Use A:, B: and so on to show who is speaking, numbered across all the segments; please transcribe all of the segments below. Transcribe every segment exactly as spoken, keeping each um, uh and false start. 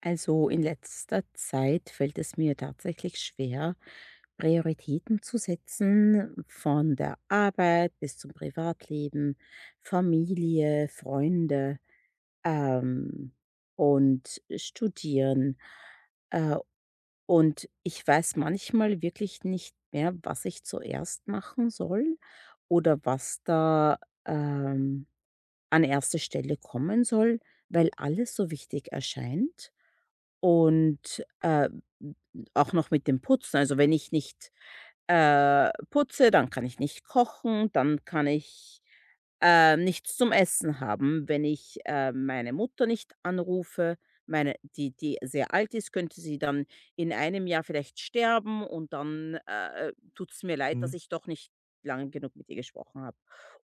A: Also in letzter Zeit fällt es mir tatsächlich schwer, Prioritäten zu setzen, von der Arbeit bis zum Privatleben, Familie, Freunde, ähm, und Studieren. Äh, und ich weiß manchmal wirklich nicht mehr, was ich zuerst machen soll oder was da, ähm, an erste Stelle kommen soll, weil alles so wichtig erscheint. Und, äh, auch noch mit dem Putzen. Also, wenn ich nicht, äh, putze, dann kann ich nicht kochen, dann kann ich, äh, nichts zum Essen haben. Wenn ich, äh, meine Mutter nicht anrufe, meine die die sehr alt ist, könnte sie dann in einem Jahr vielleicht sterben und dann, äh, tut es mir leid, dass
B: Mhm,
A: ich doch nicht lang genug mit ihr gesprochen habe.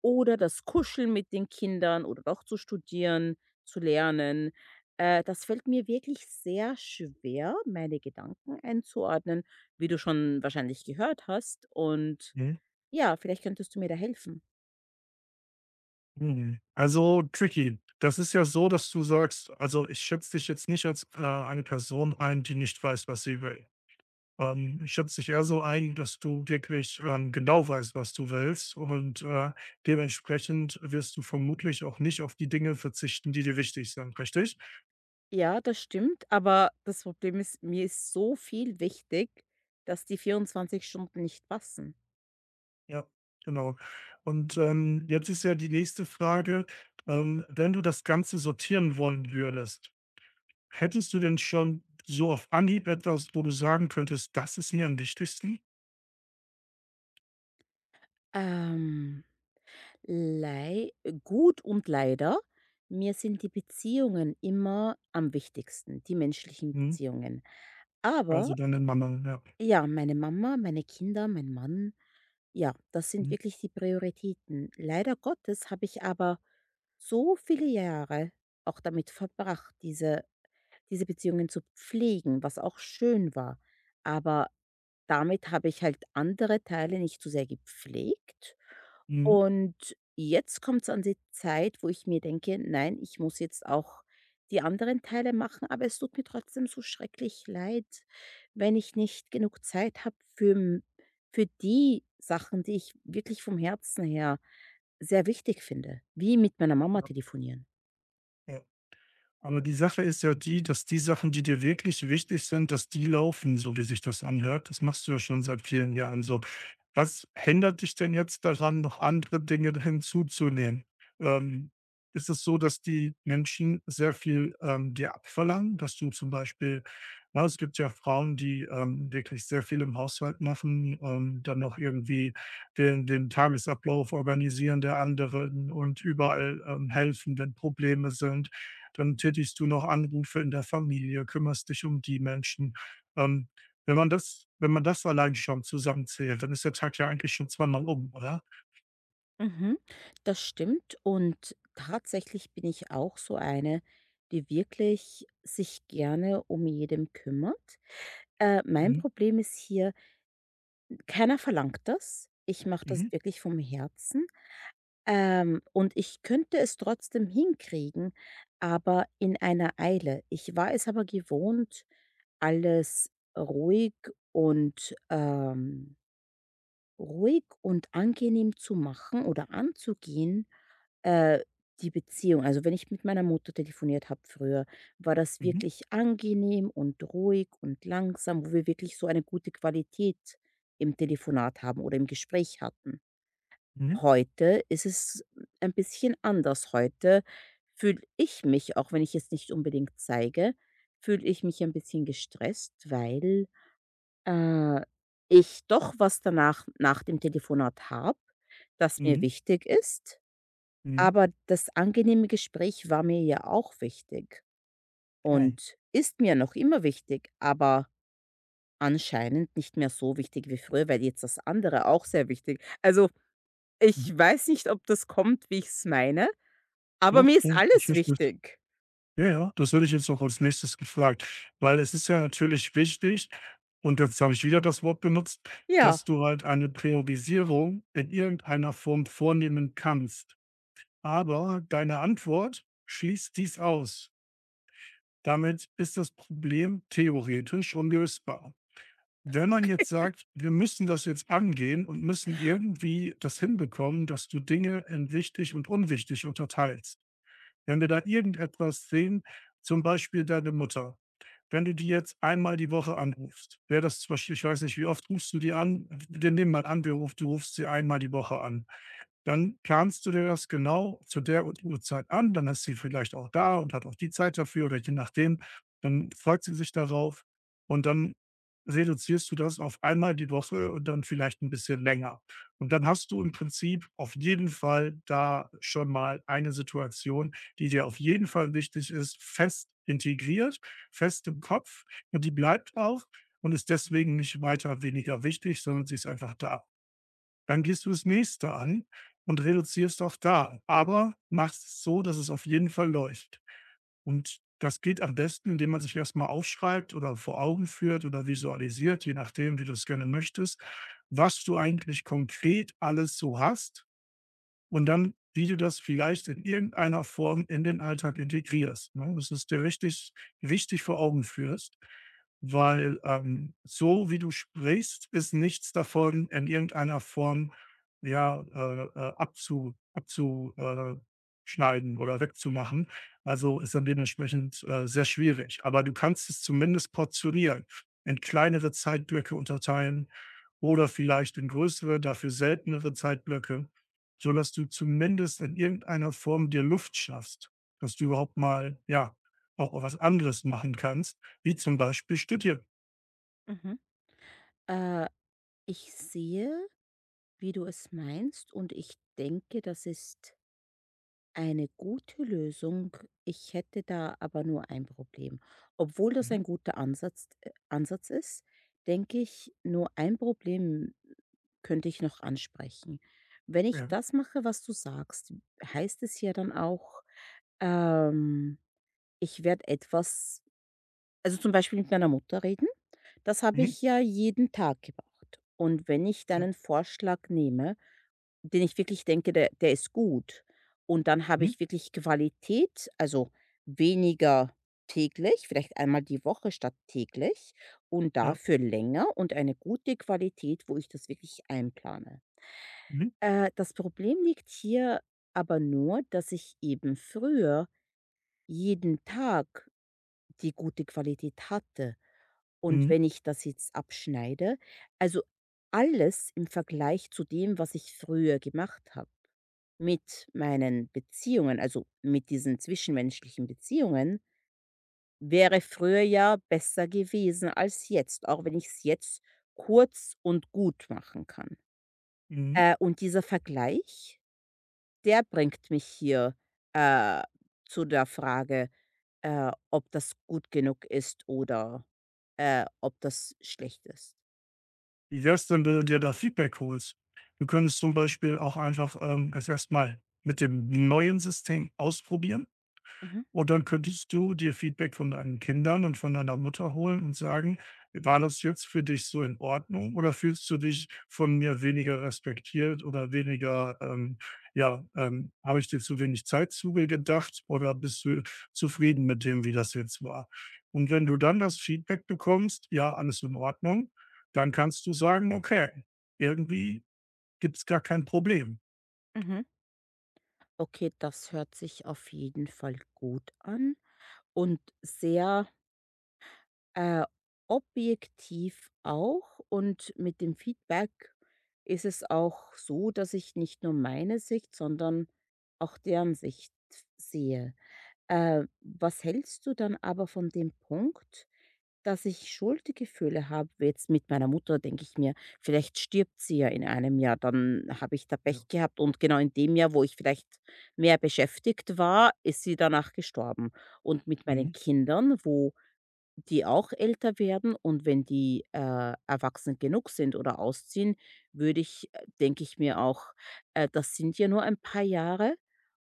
A: Oder das Kuscheln mit den Kindern oder doch zu studieren, zu lernen. Äh, das fällt mir wirklich sehr schwer, meine Gedanken einzuordnen, wie du schon wahrscheinlich gehört hast. Und
B: mhm,
A: ja, vielleicht könntest du mir da helfen.
B: mhm. Also, tricky. Das ist ja so, dass du sagst also, ich schätze dich jetzt nicht als, äh, eine Person ein, die nicht weiß, was sie will. Ähm, ich schätze dich eher so ein, dass du wirklich, ähm, genau weißt, was du willst und, äh, dementsprechend wirst du vermutlich auch nicht auf die Dinge verzichten, die dir wichtig sind, richtig?
A: Ja, das stimmt, aber das Problem ist, mir ist so viel wichtig, dass die vierundzwanzig Stunden nicht passen.
B: Ja, genau. Und, ähm, jetzt ist ja die nächste Frage, ähm, wenn du das Ganze sortieren wollen würdest, hättest du denn schon so auf Anhieb etwas, wo du sagen könntest: „Das ist mir am wichtigsten?“
A: Ähm, lei gut und leider, mir sind die Beziehungen immer am wichtigsten, die menschlichen
B: Mhm.
A: Beziehungen.
B: Also,
A: Aber
B: deine Mama, ja.
A: ja, meine Mama, meine Kinder, mein Mann. Ja, das sind
B: Mhm,
A: wirklich die Prioritäten. Leider Gottes habe ich aber so viele Jahre auch damit verbracht, diese diese Beziehungen zu pflegen, was auch schön war. Aber damit habe ich halt andere Teile nicht so sehr gepflegt.
B: mhm,
A: Und jetzt kommt es an die Zeit, wo ich mir denke: „Nein, ich muss jetzt auch die anderen Teile machen“, aber es tut mir trotzdem so schrecklich leid, wenn ich nicht genug Zeit habe für m für die Sachen, die ich wirklich vom Herzen her sehr wichtig finde, wie mit meiner Mama
B: ja,
A: telefonieren.
B: ja. Aber die Sache ist ja die, dass die Sachen, die dir wirklich wichtig sind, dass die laufen, so wie sich das anhört. Das machst du ja schon seit vielen Jahren so. Was hindert dich denn jetzt daran, noch andere Dinge hinzuzunehmen? Ähm, ist es so, dass die Menschen sehr viel ähm, dir abverlangen, dass du zum Beispiel, na, es gibt ja Frauen, die ähm, wirklich sehr viel im Haushalt machen, ähm, dann noch irgendwie den, den Tagesablauf organisieren der anderen und überall ähm, helfen, wenn Probleme sind, dann tätigst du noch Anrufe in der Familie, kümmerst dich um die Menschen. Ähm, wenn man das wenn man das allein schon zusammenzählt, dann ist der Tag ja eigentlich schon zweimal um, oder?
A: Mhm, das stimmt und tatsächlich bin ich auch so eine, die wirklich sich gerne um jedem kümmert. Äh, mein
B: Mhm,
A: Problem ist hier, keiner verlangt das. Ich mache das
B: mhm,
A: wirklich vom Herzen, ähm, und ich könnte es trotzdem hinkriegen, aber in einer Eile. Ich war es aber gewohnt, alles ruhig und, ähm ruhig und angenehm zu machen oder anzugehen, äh, die Beziehung. Also wenn ich mit meiner Mutter telefoniert habe früher, war das
B: mhm,
A: wirklich angenehm und ruhig und langsam, wo wir wirklich so eine gute Qualität im Telefonat haben oder im Gespräch hatten.
B: mhm,
A: Heute ist es ein bisschen anders. Heute fühle ich mich, auch wenn ich es nicht unbedingt zeige, fühle ich mich ein bisschen gestresst, weil äh, ich doch was danach nach dem Telefonat habe, das mir
B: mhm,
A: wichtig ist,
B: mhm,
A: aber das angenehme Gespräch war mir ja auch wichtig
B: ja,
A: und ist mir noch immer wichtig, aber anscheinend nicht mehr so wichtig wie früher, weil jetzt das andere auch sehr wichtig also,
B: mhm.
A: ich weiß nicht, ob das kommt, wie ich es meine, aber
B: Doch,
A: mir ist
B: doch, ich
A: alles
B: verstehe es.
A: wichtig.
B: Ja, ja, das würde ich jetzt noch als Nächstes gefragt, weil es ist ja natürlich wichtig und jetzt habe ich wieder das Wort benutzt,
A: Ja.
B: dass du halt eine Priorisierung in irgendeiner Form vornehmen kannst. Aber deine Antwort schließt dies aus. Damit ist das Problem theoretisch unlösbar. Wenn man jetzt sagt, wir müssen das jetzt angehen und müssen irgendwie das hinbekommen, dass du Dinge in wichtig und unwichtig unterteilst. Wenn wir da irgendetwas sehen, zum Beispiel deine Mutter, wenn du die jetzt einmal die Woche anrufst, wäre das zum Beispiel, ich weiß nicht, wie oft rufst du die an? Wir nehmen mal an, wir ruf- du rufst sie einmal die Woche an, dann planst du dir das genau zu der und Uhrzeit an, dann ist sie vielleicht auch da und hat auch die Zeit dafür oder je nachdem, dann freut sie sich darauf und dann reduzierst du das auf einmal die Woche und dann vielleicht ein bisschen länger. Und dann hast du im Prinzip auf jeden Fall da schon mal eine Situation, die dir auf jeden Fall wichtig ist, fest integriert, fest im Kopf, und die bleibt auch und ist deswegen nicht weiter weniger wichtig, sondern sie ist einfach da. Dann gehst du das nächste an und reduzierst auch da, aber machst es so, dass es auf jeden Fall läuft. Und das geht am besten, indem man sich erst mal aufschreibt oder vor Augen führt oder visualisiert, je nachdem, wie du es gerne möchtest, was du eigentlich konkret alles so hast und dann, wie du das vielleicht in irgendeiner Form in den Alltag integrierst, ne? Das ist dir richtig wichtig vor Augen führst, weil, ähm, so wie du sprichst, ist nichts davon in irgendeiner Form, ja, äh, äh, abzu abzu äh, schneiden oder wegzumachen. Also, ist dann dementsprechend, äh, sehr schwierig. Aber du kannst es zumindest portionieren, in kleinere Zeitblöcke unterteilen oder vielleicht in größere, dafür seltenere Zeitblöcke, sodass du zumindest in irgendeiner Form dir Luft schaffst, dass du überhaupt mal, ja, auch was anderes machen kannst, wie zum Beispiel studieren.
A: Mhm. Äh, Ich sehe, wie du es meinst und ich denke, das ist eine gute Lösung. Ich hätte da aber nur ein Problem. Obwohl das
B: Mhm.
A: ein guter Ansatz äh, Ansatz ist, denke ich, nur ein Problem könnte ich noch ansprechen. Wenn ich
B: Ja.
A: das mache, was du sagst, heißt es ja dann auch, ähm, ich werde etwas also, zum Beispiel mit meiner Mutter reden. Das habe
B: Mhm.
A: ich ja jeden Tag gemacht. Und wenn ich
B: Ja.
A: deinen Vorschlag nehme, den ich wirklich denke, der der ist gut. Und dann habe
B: Mhm.
A: ich wirklich Qualität, also weniger täglich, vielleicht einmal die Woche statt täglich und
B: Ja.
A: dafür länger und eine gute Qualität, wo ich das wirklich einplane.
B: Mhm.
A: Äh, das Problem liegt hier aber nur, dass ich eben früher jeden Tag die gute Qualität hatte. Und
B: Mhm.
A: wenn ich das jetzt abschneide, also alles im Vergleich zu dem, was ich früher gemacht habe mit meinen Beziehungen, also mit diesen zwischenmenschlichen Beziehungen, wäre früher ja besser gewesen als jetzt, auch wenn ich es jetzt kurz und gut machen kann.
B: Mhm.
A: Äh, und dieser Vergleich, der bringt mich hier äh, zu der Frage, äh, ob das gut genug ist oder äh, ob das schlecht ist.
B: Wie wär's denn, wenn du dir da Feedback holst? Du könntest zum Beispiel auch einfach, ähm, das erst mit dem neuen System ausprobieren.
A: Mhm.
B: Und dann könntest du dir Feedback von deinen Kindern und von deiner Mutter holen und sagen: „War das jetzt für dich so in Ordnung oder fühlst du dich von mir weniger respektiert oder weniger, ähm ja, ähm, habe ich dir zu wenig Zeit zugedacht oder bist du zufrieden mit dem, wie das jetzt war?“ Und wenn du dann das Feedback bekommst: „Ja, alles in Ordnung“, dann kannst du sagen: „Okay, irgendwie gibt's gar kein Problem.
A: Mhm. Okay, das hört sich auf jeden Fall gut an und sehr Äh, objektiv auch und mit dem Feedback ist es auch so, dass ich nicht nur meine Sicht, sondern auch deren Sicht sehe. Äh, was hältst du dann aber von dem Punkt, dass ich Schuldgefühle habe, jetzt mit meiner Mutter, denke ich mir, vielleicht stirbt sie ja in einem Jahr, dann habe ich da
B: Ja.
A: Pech gehabt und genau in dem Jahr, wo ich vielleicht mehr beschäftigt war, ist sie danach gestorben. Und mit meinen
B: Mhm.
A: Kindern, wo die auch älter werden und wenn die, äh, erwachsen genug sind oder ausziehen, würde ich äh, denke ich mir auch, äh, das sind ja nur ein paar Jahre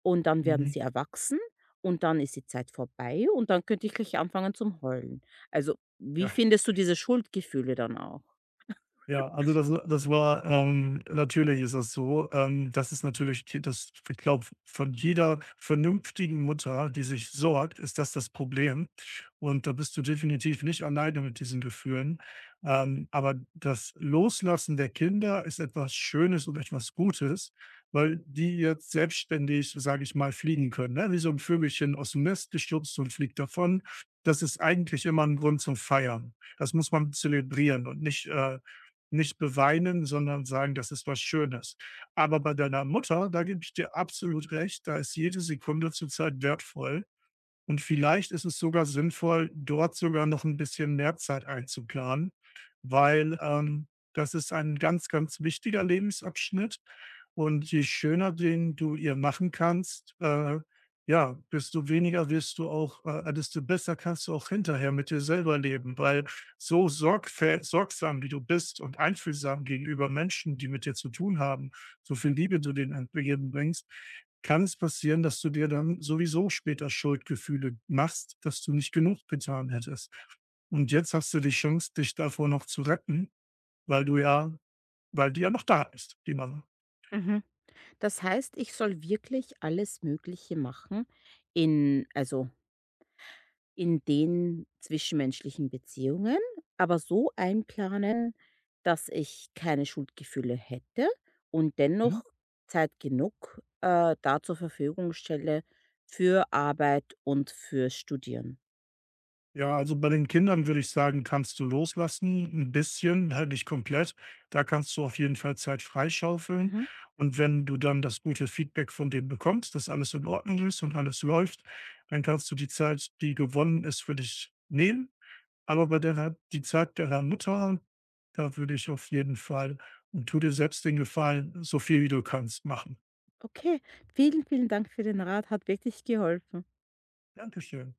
A: und dann werden
B: Mhm.
A: sie erwachsen und dann ist die Zeit vorbei und dann könnte ich gleich anfangen zum Heulen. Also, wie
B: Ja.
A: findest du diese Schuldgefühle dann auch?
B: Ja, also das das war ähm, natürlich ist das so. Ähm, das ist natürlich t das ich glaube, von jeder vernünftigen Mutter, die sich sorgt, ist das das Problem. Und da bist du definitiv nicht alleine mit diesen Gefühlen. Ähm, aber das Loslassen der Kinder ist etwas Schönes und etwas Gutes, weil die jetzt selbstständig, sage ich mal, fliegen können, ne? Wie so 'n Vögelchen aus dem Nest geschubst und fliegt davon. Das ist eigentlich immer ein Grund zum Feiern. Das muss man zelebrieren und nicht, äh nicht beweinen, sondern sagen: „Das ist was Schönes.“ Aber bei deiner Mutter, da gebe ich dir absolut recht, da ist jede Sekunde zurzeit wertvoll. Und vielleicht ist es sogar sinnvoll, dort sogar noch ein bisschen mehr Zeit einzuplanen, weil, ähm, das ist ein ganz, ganz wichtiger Lebensabschnitt. Und je schöner den du ihr machen kannst, äh, ja, desto weniger wirst du auch äh, desto besser kannst du auch hinterher mit dir selber leben, weil so sorgfä sorgsam wie du bist und einfühlsam gegenüber Menschen, die mit dir zu tun haben, so viel Liebe du denen entgegenbringst, kann es passieren, dass du dir dann sowieso später Schuldgefühle machst, dass du nicht genug getan hättest. Und jetzt hast du die Chance, dich davor noch zu retten, weil du ja, weil die ja noch da ist, die Mama.
A: Mhm. Das heißt, ich soll wirklich alles Mögliche machen in also in den zwischenmenschlichen Beziehungen, aber so einplanen, dass ich keine Schuldgefühle hätte und
B: Mhm.
A: dennoch Zeit genug, äh, da zur Verfügung stelle für Arbeit und fürs Studieren.
B: Ja, also bei den Kindern würde ich sagen, kannst du loslassen, ein bisschen, halt nicht komplett. Da kannst du auf jeden Fall Zeit freischaufeln.
A: Mhm.
B: Und wenn du dann das gute Feedback von denen bekommst, dass alles in Ordnung ist und alles läuft, dann kannst du die Zeit, die gewonnen ist, für dich nehmen. Aber bei der die Zeit der Mutter, da würde ich auf jeden Fall und tu dir selbst den Gefallen, so viel wie du kannst, machen.
A: Okay, vielen, vielen Dank für den Rat, hat wirklich geholfen.
B: Dankeschön.